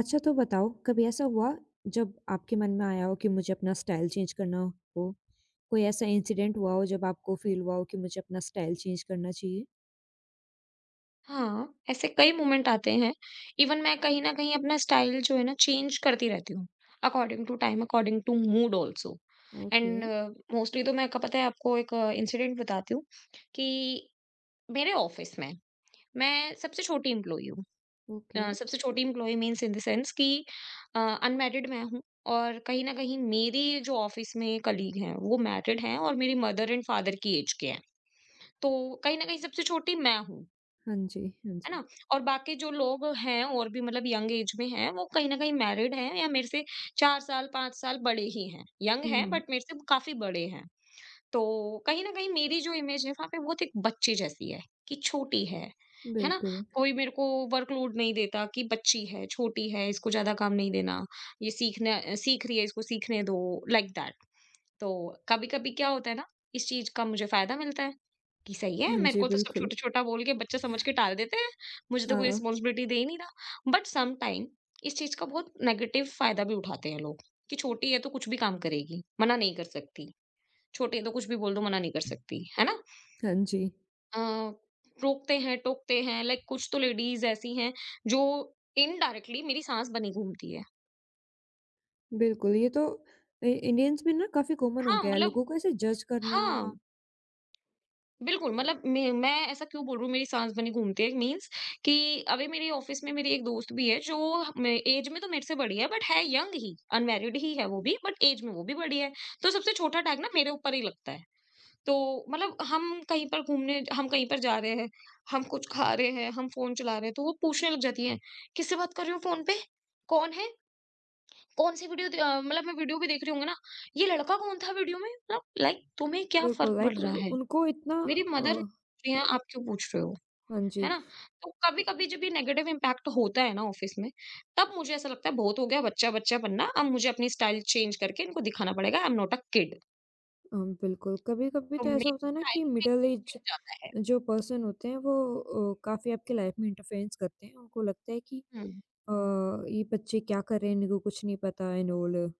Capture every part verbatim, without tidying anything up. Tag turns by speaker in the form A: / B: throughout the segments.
A: अच्छा तो बताओ कभी ऐसा हुआ जब आपके मन में आया हो कि मुझे अपना स्टाइल चेंज करना हो? कोई ऐसा इंसिडेंट हुआ हो जब आपको फ़ील हुआ हो कि मुझे अपना स्टाइल चेंज करना चाहिए?
B: हाँ, ऐसे कई मोमेंट आते हैं। इवन मैं कहीं न कहीं अपना स्टाइल जो है ना चेंज करती रहती हूँ, according to time, according to mood also.
A: Okay,
B: and mostly तो मैं क पता है आपको एक इंसिडेंट बताती हूँ कि मेरे ऑफ़िस में, मैं सबसे छोटी एम्प्लॉयी हूँ।
A: ओके।
B: अ, सबसे छोटी employee means in the sense कि अ, अनमैरिड मैं हूँ और कहीं न कहीं मेरी जो ऑफ़िस में कलीग हैं, वो मैरिड हैं और मेरी मदर एंड फादर की एज के हैं। तो कहीं न कहीं सबसे छोटी मैं हूँ।
A: हाँ जी, हाँ
B: है
A: जी।
B: ना? और बाकी जो लोग हैं और भी मतलब यंग एज में हैं, वो कहीं न कहीं मैरिड हैं या मेरे से चार साल, पाँच साल बड़े ही हैं। यंग हैं
A: हुँ।
B: बट मेरे से काफ़ी बड़े हैं। तो कहीं न कहीं मेरी जो इमेज है वहाँ पे बहुत एक बच्चे जैसी है, कि छोटी है। है ना?
A: बिल्कुल।
B: कोई मेरे को वर्कलोड नहीं देता कि बच्ची है, छोटी है, इसको ज़्यादा काम नहीं देना। ये सीखना अ, सीख रही है इसको सीखने दो, लाइक दैट। तो कभी-कभी क्या होता है ना, इस चीज़ का मुझे फ़ायदा मिलता है कि सही है,
A: हाँ
B: मेरे
A: जी,
B: को तो सब
A: बिल्कुल।
B: छोटा-छोटा बोल के बच्चे समझ के टाल देते हैं, मुझे तो कोई
A: हाँ,
B: रिस्पॉन्सिबिलिटी दे ही नहीं रहा। बट सम टाइम इस चीज़ का बहुत नेगेटिव फ़ायदा भी उठाते हैं लोग कि छोटी है तो कुछ भी काम करेगी, मना नहीं कर सकती। छोटी है तो कुछ भी बोल दो मना नहीं कर सकती, है ना?
A: हाँ जी।
B: अ, रोकते हैं, टोकते हैं लाइक कुछ तो लेडीज़ ऐसी हैं जो इनडायरेक्टली मेरी सास बनी घूमती है।
A: बिल्कुल, ये तो इ इंडियंस में ना काफ़ी कॉमन हो
B: हाँ,
A: गया है,
B: मतलब
A: लोगों को ऐसे जज करना।
B: हाँ। बिल्कुल, मतलब मैं मैं ऐसा क्यों बोल रही हूँ मेरी साँस बनी घूमती है मीन्स कि अभी मेरी ऑफ़िस में मेरी एक दोस्त भी है जो मे एज में तो मेरे से बड़ी है बट है यंग ही, अनमैरिड ही है वो भी बट एज में वो भी बड़ी है। तो सबसे छोटा टैग ना मेरे ऊपर ही लगता है। तो मतलब हम कहीं पर घूमने हम कहीं पर जा रहे हैं, हम कुछ खा रहे हैं, हम फ़ोन चला रहे हैं, तो वो पूछने लग जाती है, "किससे बात कर रही हो फ़ोन पे? कौन है? कौन-सी वीडियो द" अ, मतलब मैं वीडियो भी देख रही होंगी ना, "ये लड़का कौन था वीडियो में?" मतलब लाइक तुम्हें क्या फ़र्क
A: बिल्कुल,
B: पड़
A: लाइक
B: रहा है?
A: उनको इतना
B: मेरी मदर
A: अ,
B: पूछ रही हैं, आप क्यों पूछ रहे हो?
A: हाँ
B: है
A: जी।
B: ना? तो कभी-कभी जब ये नेगेटिव इम्पैक्ट होता है ना ऑफिस में, तब मुझे ऐसा लगता है बहुत हो गया बच्चा-बच्चा बनना, अब मुझे अपनी स्टाइल चेंज करके इनको दिखाना पड़ेगा I am not a kid.
A: अ, बिल्कुल कभी-कभी
B: तो
A: तो ऐसा
B: मेरी
A: होता है ना कि
B: स्टाइल में
A: मिडल ऐज
B: चेंज आता है।
A: जो पर्सन होते हैं वो अ, काफ़ी आपकी लाइफ में इंटरफेरेंस करते हैं। उनको लगता है कि
B: हुँ,
A: अ, ये बच्चे क्या कर रहे हैं, इनको कुछ नहीं पता एंड ऑल।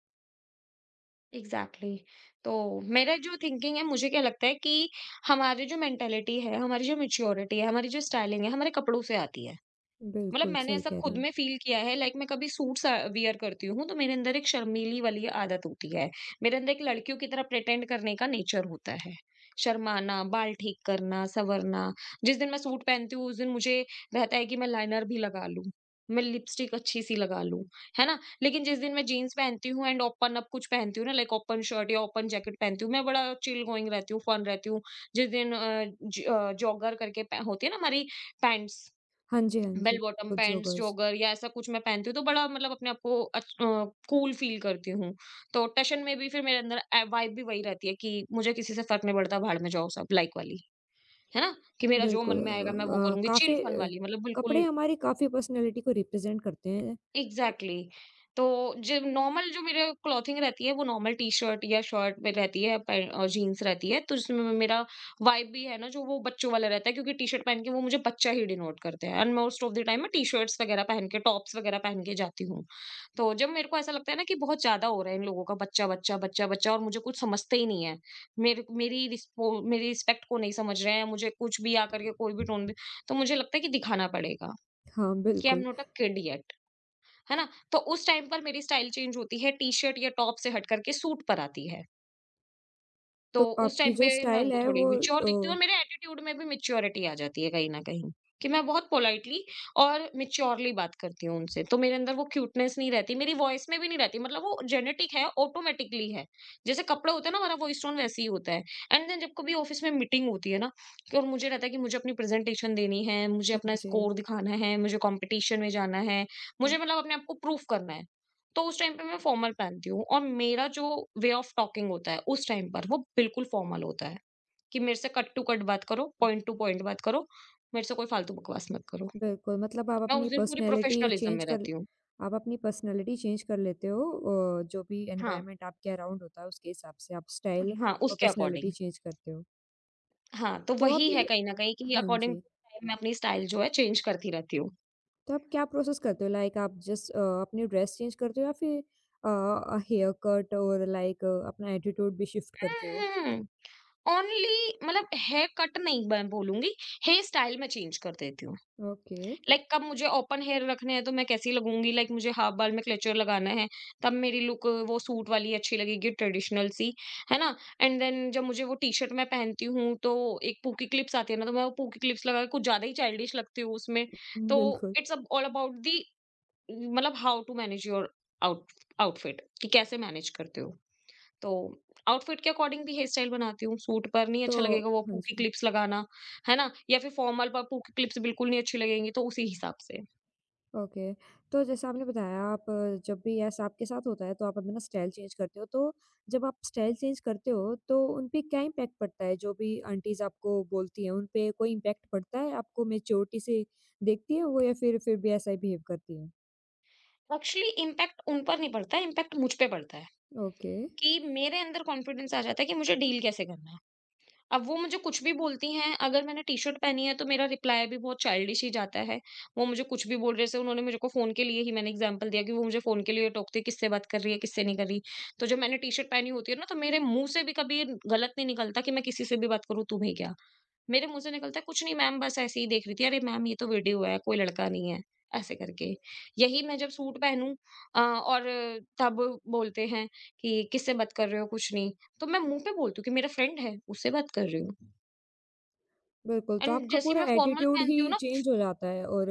B: एग्ज़ैक्टली। तो मेरा जो थिंकिंग है मुझे क्या लगता है कि हमारी जो मेंटालिटी है, हमारी जो मैच्योरिटी है, हमारी जो स्टाइलिंग है, हमारे कपड़ों से आती है। मतलब
A: बिल्कुल,
B: मैंने
A: सही
B: ऐसा
A: कह रहे
B: खुद
A: हो।
B: में फ़ील किया है लाइक मैं कभी सूट्स अ, वियर करती हूँ तो मेरे अंदर एक शर्मीली वाली आदत होती है। मेरे अंदर एक लड़कियों की तरह प्रिटेंड करने का नेचर होता है। शर्माना, बाल ठीक करना, सँवरना। जिस दिन मैं सूट पहनती हूँ उस दिन मुझे रहता है कि मैं लाइनर भी लगा लूँ, मैं लिपस्टिक अच्छी-सी लगा लूँ, है ना? लेकिन जिस दिन मैं जीन्स पहनती हूँ एंड ओपन अप कुछ पहनती हूँ ना लाइक ओपन शर्ट या ओपन जैकेट पहनती हूँ, मैं बड़ा चिल गोइंग रहती हूँ, फन रहती हूँ। जिस दिन अ, ज अ, जॉगर करके पह होती है ना हमारी पैंट्स
A: हाँ जी, हाँ
B: बेल
A: जी,
B: बॉटम पैंट्स,
A: जोगर्स।
B: जॉगर या ऐसा कुछ मैं पहनती हूँ तो बड़ा मतलब अपने आप को अच अ, कूल फ़ील करती हूँ। तो टशन में भी फिर मेरे अंदर अ, वाइब भी वही रहती है कि मुझे किसी से फ़र्क नहीं पड़ता, भाड़ में जाओ सब लाइक वाली, है ना? कि मेरा जो
A: बिल्कुल,
B: मन
A: अ
B: में आएगा मैं वो
A: अ,
B: करूँगी, चिल
A: काफ़ी
B: फन
A: अ,
B: वाली मतलब बिल्कुल
A: कपड़े हमारी काफ़ी पर्सनैलिटी को रिप्रेज़ेंट करते हैं।
B: Exactly exactly. तो जो नॉर्मल जो मेरे क्लॉथिंग रहती है वो नॉर्मल टी शर्ट या शर्ट में रहती है पे- और जीन्स रहती है तो जिसमें मे- मेरा वाइब भी है ना जो वो बच्चों वाला रहता है क्योंकि टी शर्ट पहन के वो मुझे बच्चा ही डिनोट करते हैं and most of the time मैं टी शर्ट्स वगैरह पहन के टॉप्स वगैरह पहन के जाती हूँ। तो जब मेरे को ऐसा लगता है ना कि बहुत ज्यादा हो रहा है इन लोगों का बच्चा बच्चा बच्चा बच्चा और मुझे कुछ समझते ही नहीं है मेरे मेरी रिस्पो- मेरी रिस्पेक्ट को नहीं समझ रहे हैं मुझे कुछ भी आकर के कोई भी टोन भी। तो मुझे लगता है कि दिखाना पड़ेगा
A: हाँ,
B: कि आई एम
A: बिल्कुल।
B: Not a kid. है ना? तो उस टाइम पर मेरी स्टाइल चेंज होती है, टी-शर्ट या टॉप से हट करके सूट पर आती है। तो
A: तो
B: उस
A: आपकी
B: टाइम पे
A: जो
B: मैं
A: स्टाइल
B: उनको
A: है
B: थोड़ी
A: वो
B: मैच्योर दिखती हूँ
A: अ,
B: और मेरे एटीट्यूड में भी मैच्योरिटी आ जाती है कहीं न कहीं, कि मैं बहुत पोलाइटली और मैच्योरली बात करती हूँ उनसे। तो मेरे अंदर वो क्यूटनेस नहीं रहती, मेरी वॉइस में भी नहीं रहती मतलब वो जेनेटिक है, ऑटोमैटिकली है। जैसे कपड़े होते हैं ना, हमारा वॉइस टोन वैसे ही होता है। एंड देन जब कभी ऑफिस में मीटिंग होती है ना, कि और मुझे रहता है कि मुझे अपनी प्रेज़ेंटेशन देनी है, मुझे
A: हाँ
B: अपना
A: जी।
B: स्कोर दिखाना है, मुझे कॉम्पिटिशन में जाना है, मुझे मतलब अपने आप को प्रूफ करना है। तो उस टाइम पे मैं फॉर्मल पहनती हूँ और मेरा जो वे ऑफ टॉकिंग होता है उस टाइम पर वो बिल्कुल फॉर्मल होता है कि मेरे से कट टू कट बात करो पॉइंट टू पॉइंट बात करो मेरे से कोई फालतू बकवास मत करो।
A: बिल्कुल, मतलब आप
B: मैं उस
A: अपनी
B: दिन पूरी
A: पर्सनैलिटी
B: प्रोफेशनलिज्म में
A: चेंज कर
B: रहती हूँ।
A: आप अपनी पर्सनैलिटी चेंज कर लेते हो। अ, जो भी
B: हाँ,
A: एनवायरनमेंट आपके अराउंड होता है उसके हिसाब से आप स्टाइल
B: हाँ
A: और
B: उसके
A: पर्सनैलिटी
B: अकॉर्डिंग।
A: चेंज करते हो।
B: हाँ तो
A: तो
B: वही
A: आप
B: है
A: ये
B: कहीं ना कहीं कि
A: हाँ
B: अकॉर्डिंग
A: जी,
B: मैं अपनी स्टाइल जो है चेंज करती रहती हूँ।
A: तो आप क्या प्रोसेस करते हो? लाइक आप जस्ट अ, अपनी ड्रेस चेंज करते हो या फिर अ अ, हेयर कट और लाइक अपना एटीट्यूड भी शिफ्ट करते हो?
B: ओनली मतलब हेयर कट नहीं मैं बोलूंगी हेयर स्टाइल में चेंज कर देती हूँ
A: ओके,
B: लाइक कब मुझे ओपन हेयर रखने हैं तो मैं कैसी लगूंगी लाइक मुझे हाफ बाल में क्लेचर लगाना है तब मेरी लुक वो सूट वाली अच्छी लगेगी ट्रेडिशनल सी। है ना? एंड देन जब मुझे वो टी शर्ट मैं पहनती हूँ तो एक पूकी क्लिप्स आती है ना तो मैं वो पूकी क्लिप्स लगा के कुछ ज्यादा ही चाइल्डिश लगती हूँ उसमें। तो
A: बिल्कुल।
B: इट्स ऑल अबाउट दी मतलब how to manage your out outfit कि कैसे मैनेज करते हो। तो आउटफिट के अकॉर्डिंग भी हेयर स्टाइल बनाती हूँ सूट पर नहीं
A: तो
B: अच्छा लगेगा वो
A: हाँ
B: पूकी
A: जी।
B: क्लिप्स लगाना। है ना? या फिर फॉर्मल पर पूकी क्लिप्स बिल्कुल नहीं अच्छी लगेंगी तो उसी हिसाब से।
A: ओके। तो जैसे आपने बताया आप अ, जब भी ऐसा आपके साथ होता है तो आप अपना स्टाइल चेंज करते हो। तो जब आप स्टाइल चेंज करते हो तो उन पे क्या इम्पैक्ट पड़ता है? जो भी आंटीज़ आपको बोलती हैं उन पे कोई इम्पैक्ट पड़ता है? आपको मैच्योरिटी से देखती हैं वो या फिर फिर भी ऐसा ही बिहेव करती हैं?
B: एक्चुअली इम्पैक्ट उन पर नहीं पड़ता है, इम्पैक्ट मुझ पे पड़ता है
A: ओके,
B: कि मेरे अंदर कॉन्फिडेंस आ जाता है कि मुझे डील कैसे करना है। अब वो मुझे कुछ भी बोलती हैं, अगर मैंने टी-शर्ट पहनी है तो मेरा रिप्लाई भी बहुत चाइल्डिश ही जाता है। वो मुझे कुछ भी बोल रहे जैसे उन्होंने मुझे को फ़ोन के लिए ही मैंने एग्ज़ाम्पल दिया कि वो मुझे फ़ोन के लिए टोकते हैं, किससे बात कर रही है, किससे नहीं कर रही। तो जब मैंने टी-शर्ट पहनी होती है ना तो मेरे मुँह से भी कभी गलत नहीं निकलता कि मैं किसी से भी बात करूँ, तुम्हें क्या? मेरे मुँह से निकलता है, "कुछ नहीं मैम बस ऐसे ही देख रही थी।" अरे मैम ये तो वीडियो है, कोई लड़का नहीं है, ऐसे करके। यही मैं जब सूट पहनूँ अ, और तब बोलते हैं कि, "किससे बात कर रहे हो?" कुछ नहीं, तो मैं मुँह पे बोलती हूँ कि, "मेरा फ्रेंड है, उससे बात कर रही हूँ।"
A: बिल्कुल। तो
B: एंड
A: आपका
B: जैसे ही
A: पूरा
B: मैं फॉर्मल
A: एटीट्यूड ही
B: पहनती हूँ ना
A: चेंज हो जाता है और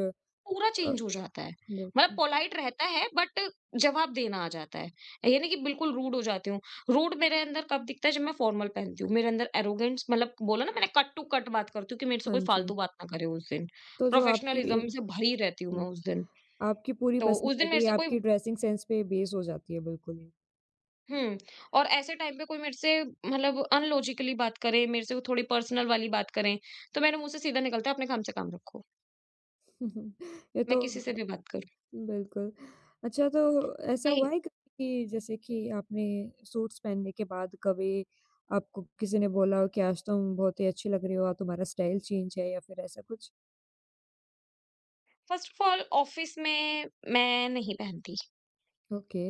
B: पूरा
A: अ,
B: चेंज हो जाता है। मतलब
A: बिल्कुल।
B: पोलाइट रहता है बट जवाब देना आ जाता है। ये नहीं कि बिल्कुल रूड हो जाती हूँ। रूड मेरे अंदर कब दिखता है जब मैं फॉर्मल पहनती हूँ। मेरे अंदर एरोगेंस मतलब बोला ना मैंने कट टू कट बात करती हूँ कि मेरे से
A: हाँ
B: कोई
A: जी।
B: फालतू बात ना करे उस दिन।
A: तो जो आपकी
B: प्रोफेशनलिज्म से भरी रहती हूँ मैं
A: हुँ,
B: उस दिन।
A: आपकी पूरी
B: तो उस दिन मेरे
A: पर्सनैलिटी,
B: से कोई
A: आपकी ड्रेसिंग सेंस पे बेस हो जाती है बिल्कुल ही।
B: हुँ, और ऐसे टाइम पे कोई मेरे से मतलब अनलॉजिकली बात करे, मेरे से वो थोड़ी पर्सनल वाली बात करें, तो मेरे मुँह से सीधा निकलता है अपने काम से काम रखो।
A: ये
B: मैं
A: तो
B: किसी से भी बात करूँ।
A: बिल्कुल। अच्छा, तो ऐसा
B: कहीं
A: हुआ है कभी कि जैसे कि आपने सूट्स पहनने के बाद कभी आपको किसी ने बोला हो कि आज तुम बहुत ही अच्छी लग रही हो और तुम्हारा स्टाइल चेंज है या फिर ऐसा कुछ?
B: फर्स्ट ऑफ ऑल ऑफिस में मैं नहीं पहनती।
A: ओके,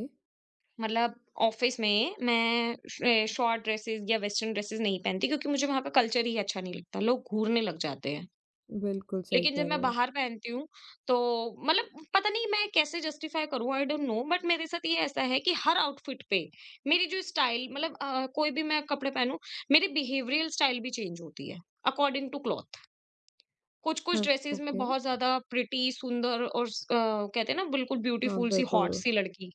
B: मतलब ऑफिस में मैं श- शॉर्ट ड्रेसेस या वेस्टर्न ड्रेसेस नहीं पहनती क्योंकि मुझे वहां का कल्चर ही अच्छा नहीं लगता लोग घूरने लग जाते हैं।
A: बिल्कुल सही
B: लेकिन जब
A: कह
B: मैं
A: रहे हो।
B: बाहर पहनती हूँ तो मतलब पता नहीं मैं कैसे जस्टिफाई करूँ आई डोंट नो बट मेरे साथ ये ऐसा है कि हर आउटफिट पे मेरी जो स्टाइल मतलब अ, कोई भी मैं कपड़े पहनूं मेरी बिहेवियरल स्टाइल भी चेंज होती है अकॉर्डिंग टू क्लॉथ। कुछ कुछ
A: हाँ,
B: ड्रेसेस में
A: ओके।
B: बहुत ज्यादा प्रिटी सुंदर और अ, कहते हैं ना बिल्कुल
A: हाँ,
B: ब्यूटीफुल सी हॉट
A: बिल्कुल।
B: सी लड़की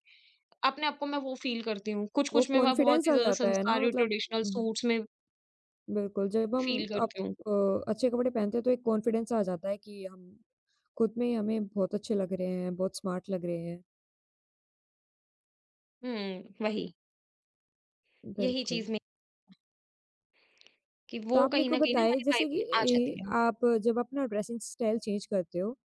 B: अपने आप को मैं वो फ़ील करती हूँ।
A: वो
B: कुछ-कुछ में मैं बहुत
A: कॉन्फिडेंस
B: ही
A: आ
B: ज़्यादा
A: जाता है ना,
B: संस्कारी और
A: मतलब
B: ट्रेडिशनल
A: उम,
B: सूट्स में
A: बिल्कुल जब हम
B: फ़ील
A: आप
B: करती हूँ।
A: अ, अच्छे कपड़े पहनते हैं तो एक कॉन्फिडेंस आ जाता है कि हम खुद में ही हमें बहुत अच्छे लग रहे हैं, बहुत स्मार्ट लग रहे हैं।
B: हुँ, वही। यही
A: बिल्कुल।
B: चीज़ में कि
A: तो
B: वो
A: आप मेरे
B: कहीं
A: को
B: न कहीं ना
A: बताएँ
B: हमारी वाइब
A: जैसे कि
B: में आ जाती
A: ए,
B: है।
A: आप जब अपना ड्रेसिंग स्टाइल चेंज करते हो,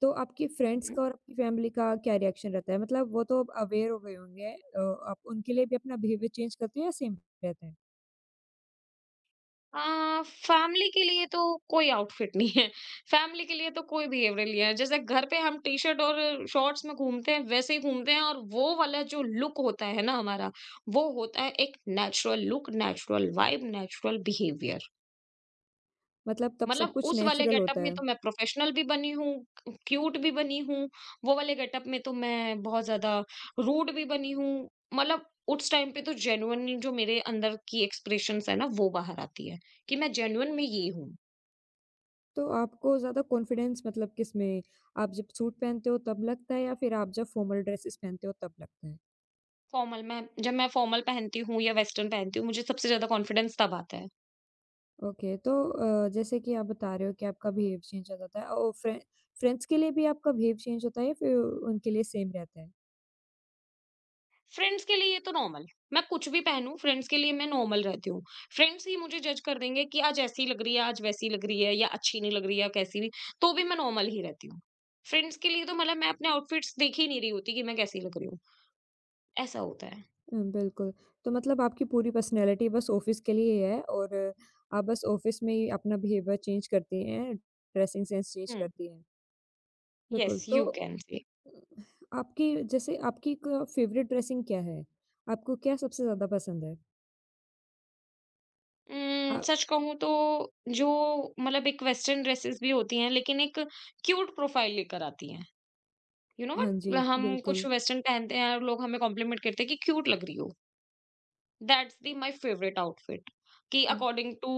A: तो आपके फ्रेंड्स
B: हुँ।
A: का और आपकी फैमिली का क्या रिएक्शन रहता है? मतलब वो तो अब अवेयर हो गए होंगे, अ, आप उनके लिए भी अपना बिहेवियर चेंज करते हो या सेम रहता है?
B: अ, फैमिली के लिए तो कोई आउटफिट नहीं है। फैमिली के लिए तो कोई बिहेवियर नहीं है। जैसे घर पे हम टी-शर्ट और शॉर्ट्स में घूमते हैं, वैसे ही घूमते हैं और वो वाला जो लुक होता है ना हमारा, वो होता है एक natural look, natural vibe, natural behaviour.
A: मतलब तब
B: मतलब
A: सब कुछ
B: उस वाले
A: नेचुरल
B: गेटअप
A: होता
B: में
A: है।
B: तो मैं प्रोफेशनल भी बनी हूँ, क्यूट भी बनी हूँ, वो वाले गेटअप में तो मैं बहुत ज़्यादा रूड भी बनी हूँ। मतलब उस टाइम पे तो जेन्युइन जो मेरे अंदर की एक्सप्रेशंस है ना, वो बाहर आती है कि मैं जेन्युइन में ये हूँ।
A: तो आपको ज़्यादा कॉन्फिडेंस मतलब किसमें? आप जब सूट पहनते हो तब लगता है या फिर आप जब फॉर्मल ड्रेसेस पहनते हो तब लगता है?
B: फॉर्मल में जब मैं फॉर्मल पहनती हूँ या वेस्टर्न पहनती हूँ, मुझे सबसे ज़्यादा कॉन्फिडेंस तब आता है।
A: ओके, तो अ, जैसे कि आप बता रहे हो कि आपका बिहेव चेंज हो जाता है और फ्रें फ्रेंड्स के लिए भी आपका बिहेव चेंज होता है या फिर उनके लिए सेम रहता है?
B: फ्रेंड्स के लिए ये तो नॉर्मल, मैं कुछ भी पहनूँ फ्रेंड्स के लिए मैं नॉर्मल रहती हूँ। फ्रेंड्स ही मुझे जज कर देंगे कि आज ऐसी लग रही है, आज वैसी लग रही है या अच्छी नहीं लग रही है कैसी भी, तो भी मैं नॉर्मल ही रहती हूँ। फ्रेंड्स के लिए तो मतलब मैं अपने आउटफिट्स देख ही नहीं रही होती कि मैं कैसी लग रही हूँ, ऐसा होता है।
A: हुँ, बिल्कुल। तो मतलब आपकी पूरी पर्सनैलिटी बस ऑफ़िस के लिए ही है और आप बस ऑफ़िस में ही अपना बिहेवियर चेंज करती हैं, ड्रेसिंग सेंस चेंज
B: हुँ,
A: करती हैं।
B: येस
A: बिल्कुल, तो
B: यू कैन से।
A: अ, आपकी जैसे आपकी क फ़ेवरेट ड्रेसिंग क्या है? आपको क्या सबसे ज़्यादा पसंद है? अ,
B: उम, सच कहूँ तो जो मतलब एक वेस्टर्न ड्रेसेस भी होती हैं लेकिन एक क्यूट प्रोफाइल लेकर आती हैं। यू नो
A: हाँ
B: व्हाट?
A: जी,
B: हम कुछ
A: बिल्कुल।
B: वेस्टर्न पहनते हैं और लोग हमें कॉम्प्लीमेंट करते हैं कि क्यूट लग रही हो। That's the my favourite outfit कि
A: हाँ,
B: अकॉर्डिंग टू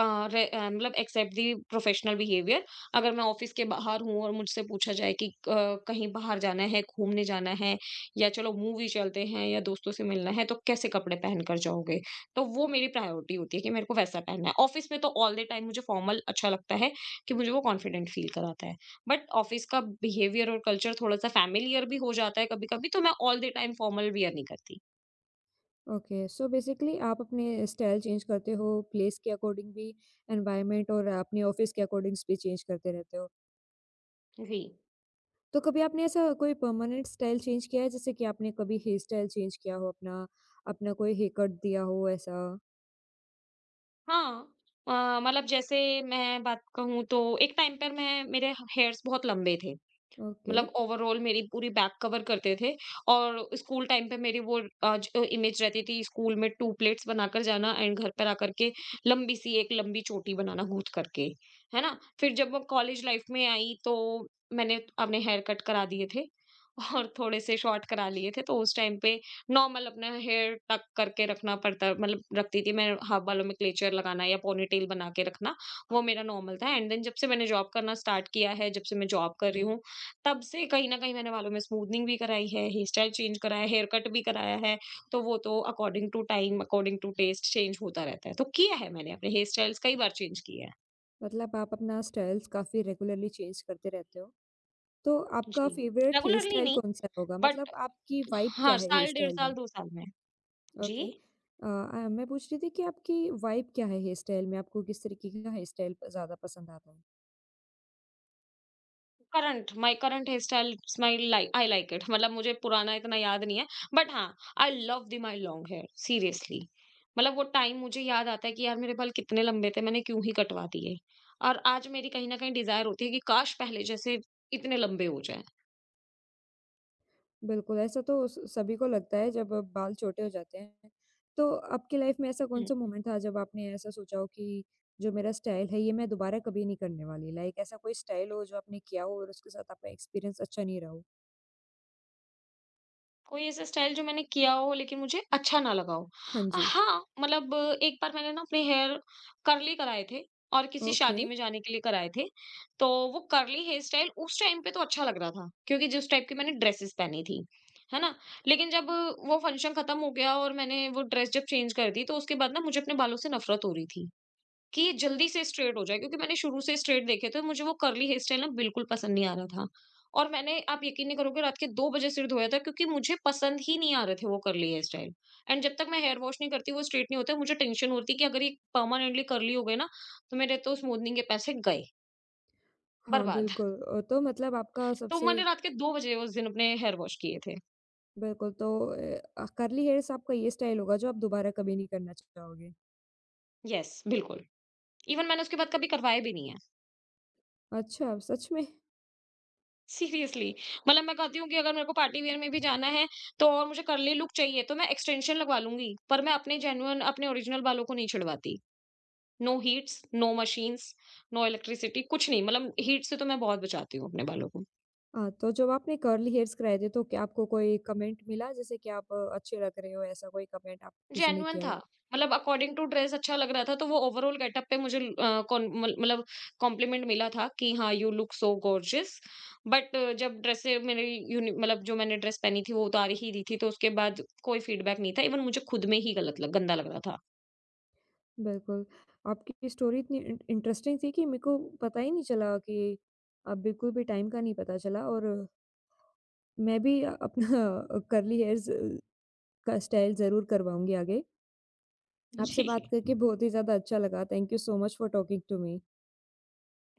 B: मतलब एक्सेप्ट दी प्रोफेशनल बिहेवियर। अगर मैं ऑफिस के बाहर हूँ और मुझसे पूछा जाए कि अ, कहीं बाहर जाना है घूमने जाना है या चलो मूवी चलते हैं या दोस्तों से मिलना है तो कैसे कपड़े पहन कर जाओगे, तो वो मेरी प्रायोरिटी होती है कि मेरे को वैसा पहनना है। ऑफिस में तो ऑल द टाइम मुझे फॉर्मल अच्छा लगता है कि मुझे वो कॉन्फिडेंट फील कराता है बट ऑफिस का बिहेवियर और कल्चर थोड़ा सा फैमिलियर भी हो जाता है कभी कभी तो मैं all the time formal wear नहीं करती।
A: ओके। सो बेसिकली आप अपने स्टाइल चेंज करते हो, प्लेस के अकॉर्डिंग भी, एनवायरनमेंट और अपने ऑफ़िस के अकॉर्डिंग्स भी चेंज करते रहते हो।
B: जी
A: तो कभी आपने ऐसा कोई परमानेंट स्टाइल चेंज किया है? जैसे कि आपने कभी हेयर स्टाइल चेंज किया हो अपना, अपना कोई हेयर कट दिया हो ऐसा?
B: हाँ। अ, मतलब जैसे मैं बात कहूँ तो एक टाइम पर मैं मेरे ह हेयर्स बहुत लंबे थे।
A: ओके।
B: मतलब ओवरऑल मेरी पूरी बैक कवर करते थे और स्कूल टाइम पे मेरी वो अ, जो इमेज रहती थी स्कूल में टू प्लेट्स बनाकर जाना एंड घर पर आकर के लंबी सी एक लंबी चोटी बनाना गूंथ करके, है ना। फिर जब मैं कॉलेज लाइफ में आई तो मैंने अपने हेयर कट करा दिए थे और थोड़े से शॉर्ट करा लिए थे तो उस टाइम पे नॉर्मल अपना हेयर टक करके रखना पड़ता मतलब रखती थी मैं, हाफ बालों में क्लेचर लगाना या पोनीटेल बना के रखना, वो मेरा नॉर्मल था। एंड देन जब से मैंने जॉब करना स्टार्ट किया है जब से मैं जॉब कर रही हूँ तब से कहीं न कहीं मैंने बालों में स्मूथनिंग भी कराई है, हेयर स्टाइल चेंज कराया है, हेयर कट भी कराया है, तो वो तो according to time, according to taste change होता रहता है। तो किया है, मैंने अपने हेयर स्टाइल्स कई बार चेंज किए हैं।
A: मतलब आप अपना स्टाइल्स काफ़ी रेगुलरली चेंज करते रहते हो। तो आपका
B: जी,
A: फ़ेवरेट हेयर
B: रेगुलरली
A: स्टाइल
B: नहीं
A: कौन-सा होगा?
B: बट
A: मतलब आपकी वाइब क्या
B: हाँ,
A: है हेयर
B: साल, डेढ़
A: स्टाइल
B: साल,
A: में?
B: दो साल में। जी?
A: ओके। अ अ, मैं पूछ रही थी कि आपकी वाइब क्या है हेयर स्टाइल में? आपको किस तरीके का हेयर स्टाइल प ज़्यादा पसंद आता है?
B: Current, my current hair style, it's my like I like it. मतलब मुझे पुराना इतना याद नहीं है बट हाँ, I love the my long hair seriously. मतलब वो टाइम मुझे याद आता है कि यार मेरे बाल कितने लंबे थे, मैंने क्यों ही कटवा दिए और आज मेरी कहीं न कहीं डिज़ायर होती है कि काश पहले जैसे इतने लंबे हो जाएँ।
A: बिल्कुल, ऐसा तो स सभी को लगता है जब अ, बाल छोटे हो जाते हैं। तो आपकी लाइफ़ में ऐसा कौन-सा मोमेंट था जब आपने ऐसा सोचा हो कि जो मेरा स्टाइल है ये मैं दोबारा कभी नहीं करने वाली? लाइक ऐसा कोई स्टाइल हो जो आपने किया हो और उसके साथ आपका एक्सपीरियंस अच्छा नहीं रहा हो?
B: कोई ऐसा स्टाइल जो मैंने किया हो लेकिन मुझे अच्छा ना लगा हो।
A: हाँ जी।
B: हाँ, मतलब एक बार मैंने ना अपने हेयर कर्ली कराए थे और किसी
A: ओके।
B: शादी में जाने के लिए कराए थे। तो वो कर्ली हेयर स्टाइल उस टाइम पे तो अच्छा लग रहा था क्योंकि जिस टाइप की मैंने ड्रेसेस पहनी थी, है ना? लेकिन जब वो फंक्शन खत्म हो गया और मैंने वो ड्रेस जब चेंज कर दी तो उसके बाद ना मुझे अपने बालों से नफरत हो रही थी। कि ये जल्दी से स्ट्रेट हो जाए क्योंकि मैंने शुरू से स्ट्रेट देखे थे, मुझे वो कर्ली हेयर स्टाइल ना बिल्कुल पसंद नहीं आ रहा था। और मैंने, आप यकीन नहीं करोगे, रात के दो बजे सिर धोया था क्योंकि मुझे पसंद ही नहीं आ रहे थे वो कर्ली हेयर स्टाइल। एंड जब तक मैं हेयर वॉश नहीं करती वो स्ट्रेट नहीं होते, मुझे टेंशन होती कि अगर ये परमानेंटली कर्ली हो गए ना, तो मेरे तो स्मूथनिंग के पैसे गए,
A: हाँ,
B: बर्बाद।
A: बिल्कुल अ, तो मतलब आपका
B: तो
A: सबसे
B: मैंने रात के दो बजे उस दिन अपने हेयर वॉश किए थे।
A: बिल्कुल, तो अ, कर्ली हेयर्स आपका ये स्टाइल होगा जो आप दोबारा कभी नहीं करना चाहोगे।
B: यस, बिल्कुल। इवन मैंने उसके बाद कभी करवाए भी नहीं है।
A: अच्छा, सच में?
B: सीरियसली मतलब मैं कहती हूँ कि अगर मेरे को पार्टी वियर में भी जाना है तो और मुझे कर्ली लुक चाहिए तो मैं एक्सटेंशन लगवा लूंगी पर मैं अपने जेन्युइन अपने ओरिजिनल बालों को नहीं छिड़वाती। No heats, no machines, no electricity, कुछ नहीं, मतलब हीट से तो मैं बहुत बचाती हूँ अपने बालों को।
A: हाँ, तो जब आपने कर्ली हेयर्स कराए थे तो क्या आपको कोई कमेंट मिला जैसे कि आप अ, अच्छे लग रहे हो, ऐसा कोई कमेंट आप किसी ने
B: जेन्युइन
A: किया
B: था।
A: हो?
B: मतलब अकॉर्डिंग टू ड्रेस अच्छा लग रहा था, तो वो ओवरऑल गेटअप पे मुझे अ, कॉन मल मतलब कॉम्प्लिमेंट मिला था कि हाँ, you look so gorgeous. But जब ड्रेसें मेरी यूनि मतलब जो मैंने ड्रेस पहनी थी, वो उतार ही दी थी, तो उसके बाद कोई फीडबैक नहीं था। इवन मुझे खुद में ही गलत लग गंदा लग रहा था।
A: बिल्कुल, आपकी स्टोरी इतनी इन इंटरेस्टिंग थी कि मेरे को पता ही नहीं चला कि अ, बिल्कुल भी टाइम का नहीं पता चला। और मैं भी अ, अपना कर्ली हेयर्स का स्टाइल ज़रूर करवाऊँगी आगे। आपसे
B: जी।
A: बात करके बहुत ही ज़्यादा अच्छा लगा। Thank you so much for talking to me.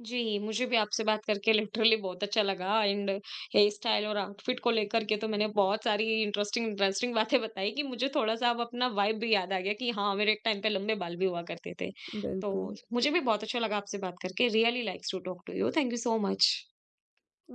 B: जी, मुझे भी आपसे बात करके लिटरली बहुत अच्छा लगा। एंड हेयर स्टाइल और आउटफिट को लेकर के तो मैंने बहुत सारी इंटरेस्टिंग इंटरेस्टिंग बातें बताई कि मुझे थोड़ा-सा अब अपना वाइब भी याद आ गया कि हाँ, मेरे एक टाइम पे लंबे बाल भी हुआ करते थे। तो
A: बिल्कुल।
B: मुझे भी बहुत अच्छा लगा आपसे बात करके। Really likes to talk to you. Thank you so much.
A: A